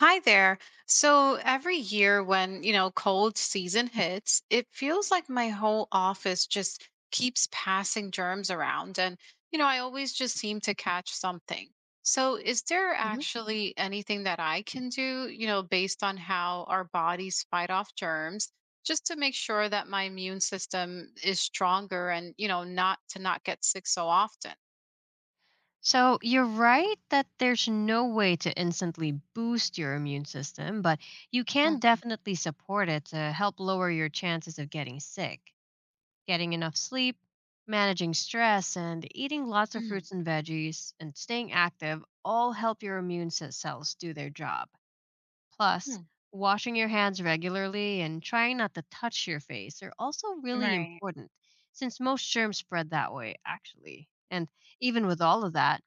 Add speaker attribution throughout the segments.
Speaker 1: Hi there. So every year when cold season hits, it feels like my whole office just keeps passing germs around. And I always just seem to catch something. So is there
Speaker 2: Mhm.
Speaker 1: actually anything that I can do based on how our bodies fight off germs, just to make sure that my immune system is stronger and not to not get sick so often?
Speaker 2: So you're right that there's no way to instantly boost your immune system, but you can
Speaker 1: Mm,
Speaker 2: definitely support it to help lower your chances of getting sick. Getting enough sleep, managing stress, and eating lots of
Speaker 1: mm,
Speaker 2: fruits and veggies, and staying active all help your cells do their job. Plus,
Speaker 1: mm.
Speaker 2: washing your hands regularly and trying not to touch your face are also really
Speaker 1: Right.
Speaker 2: important since most germs spread that way, actually. And even with all of that,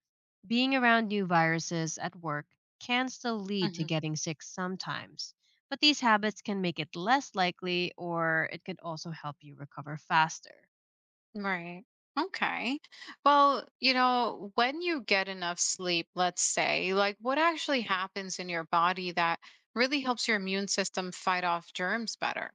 Speaker 2: being around new viruses at work can still lead to getting sick sometimes. But these habits can make it less likely, or it could also help you recover faster.
Speaker 1: Right. Okay. Well, when you get enough sleep, let's say, like what actually happens in your body that really helps your immune system fight off germs better?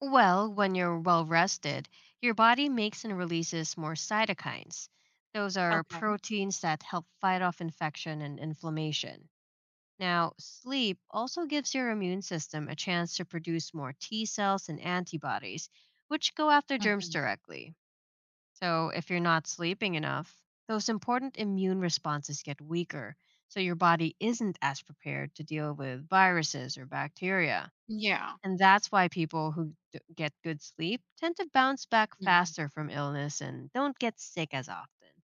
Speaker 2: Well, when you're well rested, your body makes and releases more cytokines. Those are
Speaker 1: Okay.
Speaker 2: proteins that help fight off infection and inflammation. Now, sleep also gives your immune system a chance to produce more T cells and antibodies, which go after germs
Speaker 1: Hmm.
Speaker 2: directly. So, if you're not sleeping enough, those important immune responses get weaker, so your body isn't as prepared to deal with viruses or bacteria.
Speaker 1: Yeah.
Speaker 2: And that's why people who get good sleep tend to bounce back
Speaker 1: Hmm.
Speaker 2: faster from illness and don't get sick as often.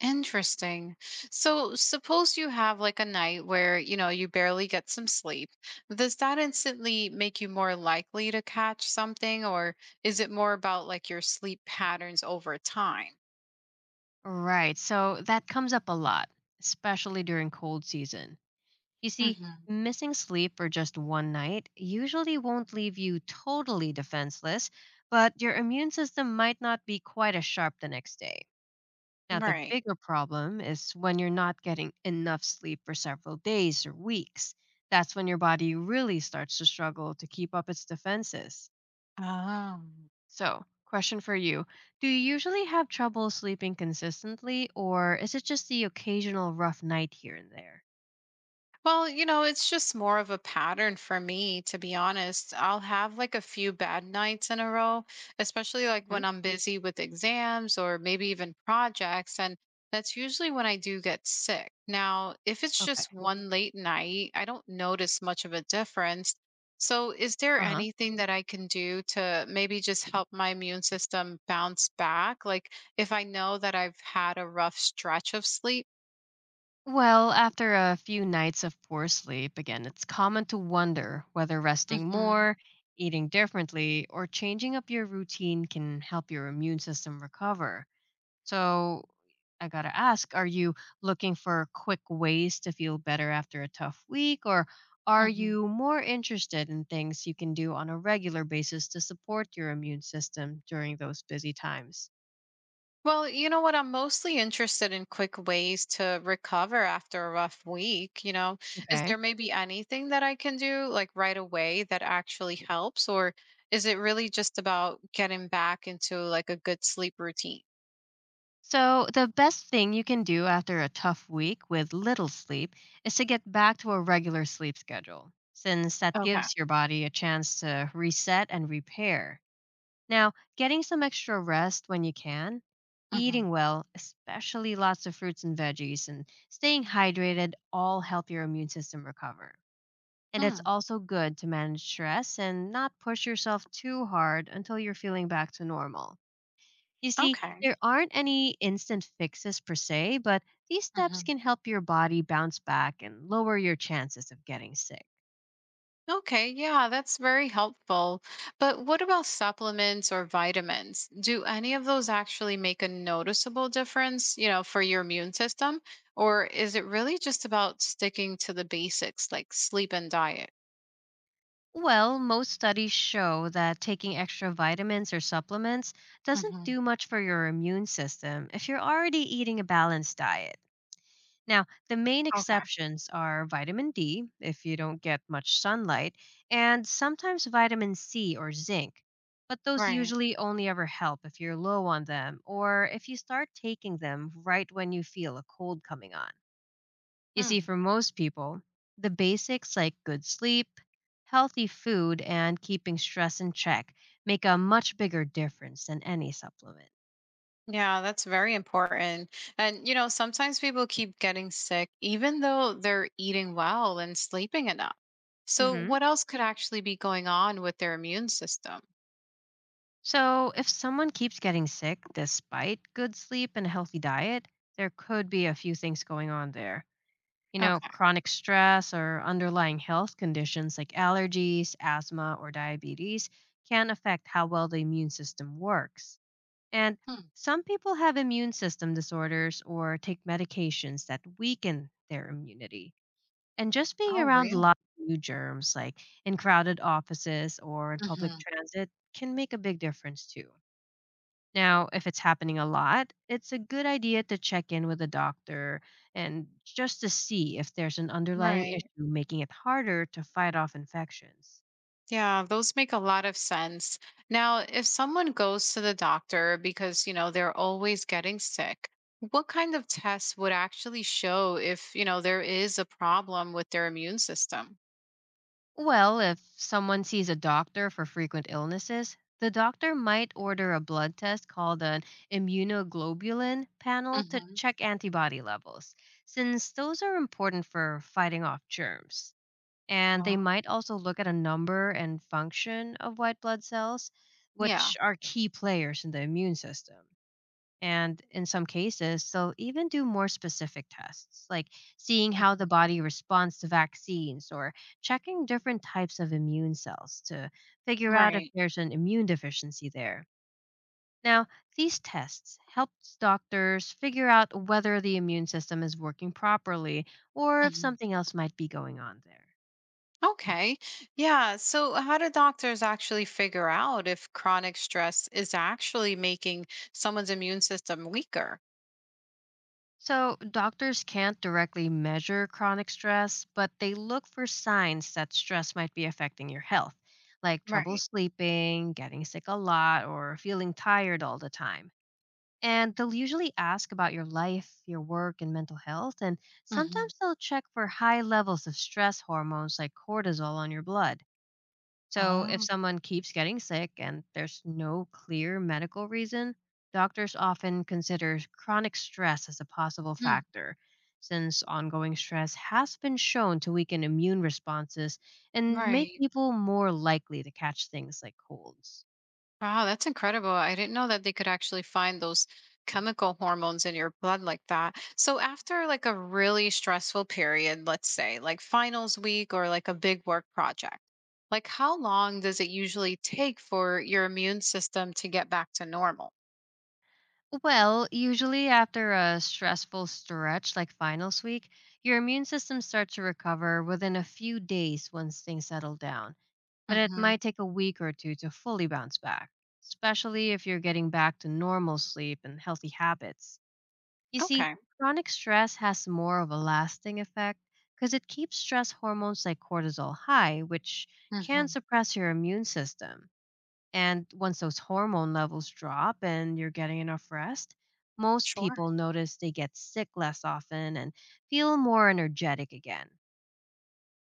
Speaker 1: Interesting. So, suppose you have like a night where you barely get some sleep. Does that instantly make you more likely to catch something, or is it more about like your sleep patterns over time?
Speaker 2: Right, so that comes up a lot, especially during cold season. You see,
Speaker 1: Hmm.
Speaker 2: missing sleep for just one night usually won't leave you totally defenseless, but your immune system might not be quite as sharp the next day. Now, the
Speaker 1: Right.
Speaker 2: bigger problem is when you're not getting enough sleep for several days or weeks. That's when your body really starts to struggle to keep up its defenses.
Speaker 1: Oh.
Speaker 2: So, question for you. Do you usually have trouble sleeping consistently, or is it just the occasional rough night here and there?
Speaker 1: Well, it's just more of a pattern for me, to be honest. I'll have like a few bad nights in a row, especially like
Speaker 2: Hmm.
Speaker 1: when I'm busy with exams or maybe even projects. And that's usually when I do get sick. Now, if it's
Speaker 2: Okay.
Speaker 1: just one late night, I don't notice much of a difference. So, is there
Speaker 2: Uh huh.
Speaker 1: anything that I can do to maybe just help my immune system bounce back? Like, if I know that I've had a rough stretch of sleep?
Speaker 2: Well, after a few nights of poor sleep, again, it's common to wonder whether resting
Speaker 1: Hmm.
Speaker 2: more, eating differently, or changing up your routine can help your immune system recover. So, I gotta ask, are you looking for quick ways to feel better after a tough week, or are
Speaker 1: Hmm.
Speaker 2: you more interested in things you can do on a regular basis to support your immune system during those busy times?
Speaker 1: Well, you know what? I'm mostly interested in quick ways to recover after a rough week. Is there
Speaker 2: Okay.
Speaker 1: maybe anything that I can do like right away that actually helps, or is it really just about getting back into like a good sleep routine?
Speaker 2: So, the best thing you can do after a tough week with little sleep is to get back to a regular sleep schedule, since that
Speaker 1: Okay.
Speaker 2: gives your body a chance to reset and repair. Now, getting some extra rest when you can,
Speaker 1: Hmm.
Speaker 2: eating well, especially lots of fruits and veggies, and staying hydrated all help your immune system recover. And it's
Speaker 1: Hmm.
Speaker 2: also good to manage stress and not push yourself too hard until you're feeling back to normal. You see,
Speaker 1: Okay.
Speaker 2: there aren't any instant fixes per se, but these steps
Speaker 1: Mm-hmm.
Speaker 2: can help your body bounce back and lower your chances of getting sick.
Speaker 1: Okay, yeah, that's very helpful. But what about supplements or vitamins? Do any of those actually make a noticeable difference for your immune system? Or is it really just about sticking to the basics like sleep and diet?
Speaker 2: Well, most studies show that taking extra vitamins or supplements doesn't
Speaker 1: Hmm.
Speaker 2: do much for your immune system if you're already eating a balanced diet. Now, the main
Speaker 1: Okay,
Speaker 2: exceptions are vitamin D, if you don't get much sunlight, and sometimes vitamin C or zinc. But those
Speaker 1: right.
Speaker 2: usually only ever help if you're low on them or if you start taking them right when you feel a cold coming on. You see,
Speaker 1: Hmm.
Speaker 2: for most people, the basics like good sleep, healthy food, and keeping stress in check make a much bigger difference than any supplement.
Speaker 1: Yeah, that's very important. And sometimes people keep getting sick even though they're eating well and sleeping enough. So,
Speaker 2: Mhm.
Speaker 1: what else could actually be going on with their immune system?
Speaker 2: So, if someone keeps getting sick despite good sleep and a healthy diet, there could be a few things going on there. You know,
Speaker 1: Okay.
Speaker 2: chronic stress or underlying health conditions like allergies, asthma, or diabetes can affect how well the immune system works. And
Speaker 1: Hmm.
Speaker 2: some people have immune system disorders or take medications that weaken their immunity. And just being
Speaker 1: Oh,
Speaker 2: around
Speaker 1: really?
Speaker 2: lots of new germs, like in crowded offices or in public
Speaker 1: Mhm.
Speaker 2: transit, can make a big difference too. Now, if it's happening a lot, it's a good idea to check in with a doctor and just to see if there's an underlying issue
Speaker 1: Right.
Speaker 2: making it harder to fight off infections.
Speaker 1: Yeah, those make a lot of sense. Now, if someone goes to the doctor because they're always getting sick, what kind of tests would actually show if there is a problem with their immune system?
Speaker 2: Well, if someone sees a doctor for frequent illnesses, the doctor might order a blood test called an immunoglobulin panel to
Speaker 1: Hmm.
Speaker 2: check antibody levels, since those are important for fighting off germs. And they
Speaker 1: Oh.
Speaker 2: might also look at a number and function of white blood cells,
Speaker 1: Yeah.
Speaker 2: which are key players in the immune system. And in some cases, they'll even do more specific tests, like seeing how the
Speaker 1: Mhm.
Speaker 2: body responds to vaccines or checking different types of immune cells to figure out if
Speaker 1: Right.
Speaker 2: there's an immune deficiency there. Now, these tests help doctors figure out whether the immune system is working properly or if
Speaker 1: Hmm.
Speaker 2: something else might be going on there.
Speaker 1: Okay. Yeah. So, how do doctors actually figure out if chronic stress is actually making someone's immune system weaker?
Speaker 2: So, doctors can't directly measure chronic stress, but they look for signs that stress might be affecting your health, like trouble
Speaker 1: Right.
Speaker 2: sleeping, getting sick a lot, or feeling tired all the time. And they'll usually ask about your life, your work, and mental health. And
Speaker 1: Hmm.
Speaker 2: sometimes they'll check for high levels of stress hormones like cortisol on your blood. So, if
Speaker 1: Oh.
Speaker 2: someone keeps getting sick and there's no clear medical reason, doctors often consider chronic stress as a possible
Speaker 1: Mm.
Speaker 2: factor, since ongoing stress has been shown to weaken immune responses and make
Speaker 1: Right.
Speaker 2: people more likely to catch things like colds.
Speaker 1: Wow, that's incredible. I didn't know that they could actually find those chemical hormones in your blood like that. So after like a really stressful period, let's say like finals week or like a big work project, like how long does it usually take for your immune system to get back to normal?
Speaker 2: Well, usually after a stressful stretch like finals week, your immune system starts to recover within a few days once things settle down, but it
Speaker 1: Hmm.
Speaker 2: might take a week or two to fully bounce back, especially if you're getting back to normal sleep and healthy habits. You see,
Speaker 1: Okay.
Speaker 2: chronic stress has more of a lasting effect because it keeps stress hormones like cortisol high, which can
Speaker 1: Hmm.
Speaker 2: suppress your immune system. And once those hormone levels drop and you're getting enough rest, most
Speaker 1: Sure.
Speaker 2: people notice they get sick less often and feel more energetic again.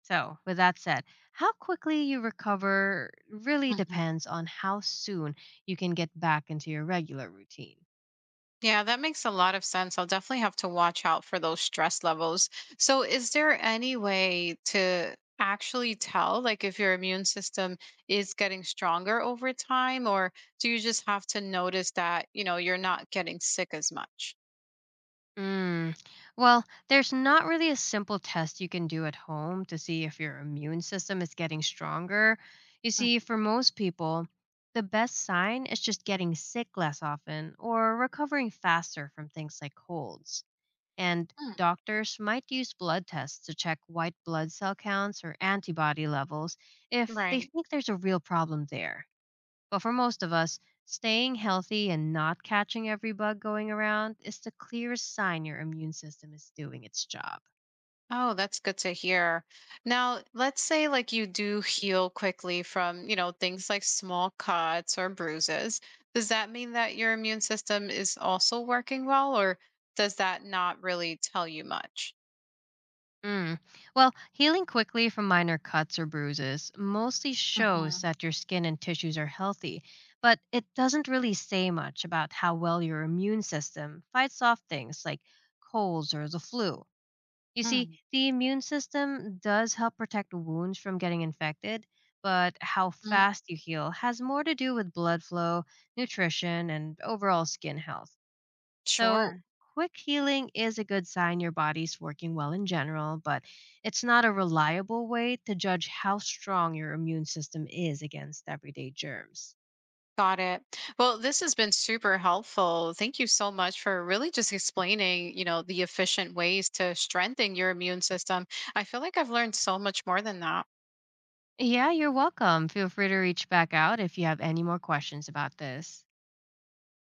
Speaker 2: So, with that said, how quickly you recover really
Speaker 1: Hmm.
Speaker 2: depends on how soon you can get back into your regular routine.
Speaker 1: Yeah, that makes a lot of sense. I'll definitely have to watch out for those stress levels. So, is there any way to actually tell, like, if your immune system is getting stronger over time, or do you just have to notice that you're not getting sick as much?
Speaker 2: Mm. Well, there's not really a simple test you can do at home to see if your immune system is getting stronger. You see, for most people, the best sign is just getting sick less often or recovering faster from things like colds, and
Speaker 1: Mhm.
Speaker 2: doctors might use blood tests to check white blood cell counts or antibody levels if they
Speaker 1: Right.
Speaker 2: think there's a real problem there. But for most of us, staying healthy and not catching every bug going around is the clearest sign your immune system is doing its job.
Speaker 1: Oh, that's good to hear. Now, let's say like you do heal quickly from things like small cuts or bruises. Does that mean that your immune system is also working well, or does that not really tell you much?
Speaker 2: Mm. Well, healing quickly from minor cuts or bruises mostly shows
Speaker 1: Mm-hmm.
Speaker 2: that your skin and tissues are healthy, but it doesn't really say much about how well your immune system fights off things like colds or the flu. You see,
Speaker 1: Mm.
Speaker 2: the immune system does help protect wounds from getting infected, but how fast you heal has more to do with blood flow, nutrition, and overall skin health. So,
Speaker 1: Sure.
Speaker 2: quick healing is a good sign your body's working well in general, but it's not a reliable way to judge how strong your immune system is against everyday germs.
Speaker 1: Got it. Well, this has been super helpful. Thank you so much for really just explaining the efficient ways to strengthen your immune system. I feel like I've learned so much more than that.
Speaker 2: Yeah, you're welcome. Feel free to reach back out if you have any more questions about this.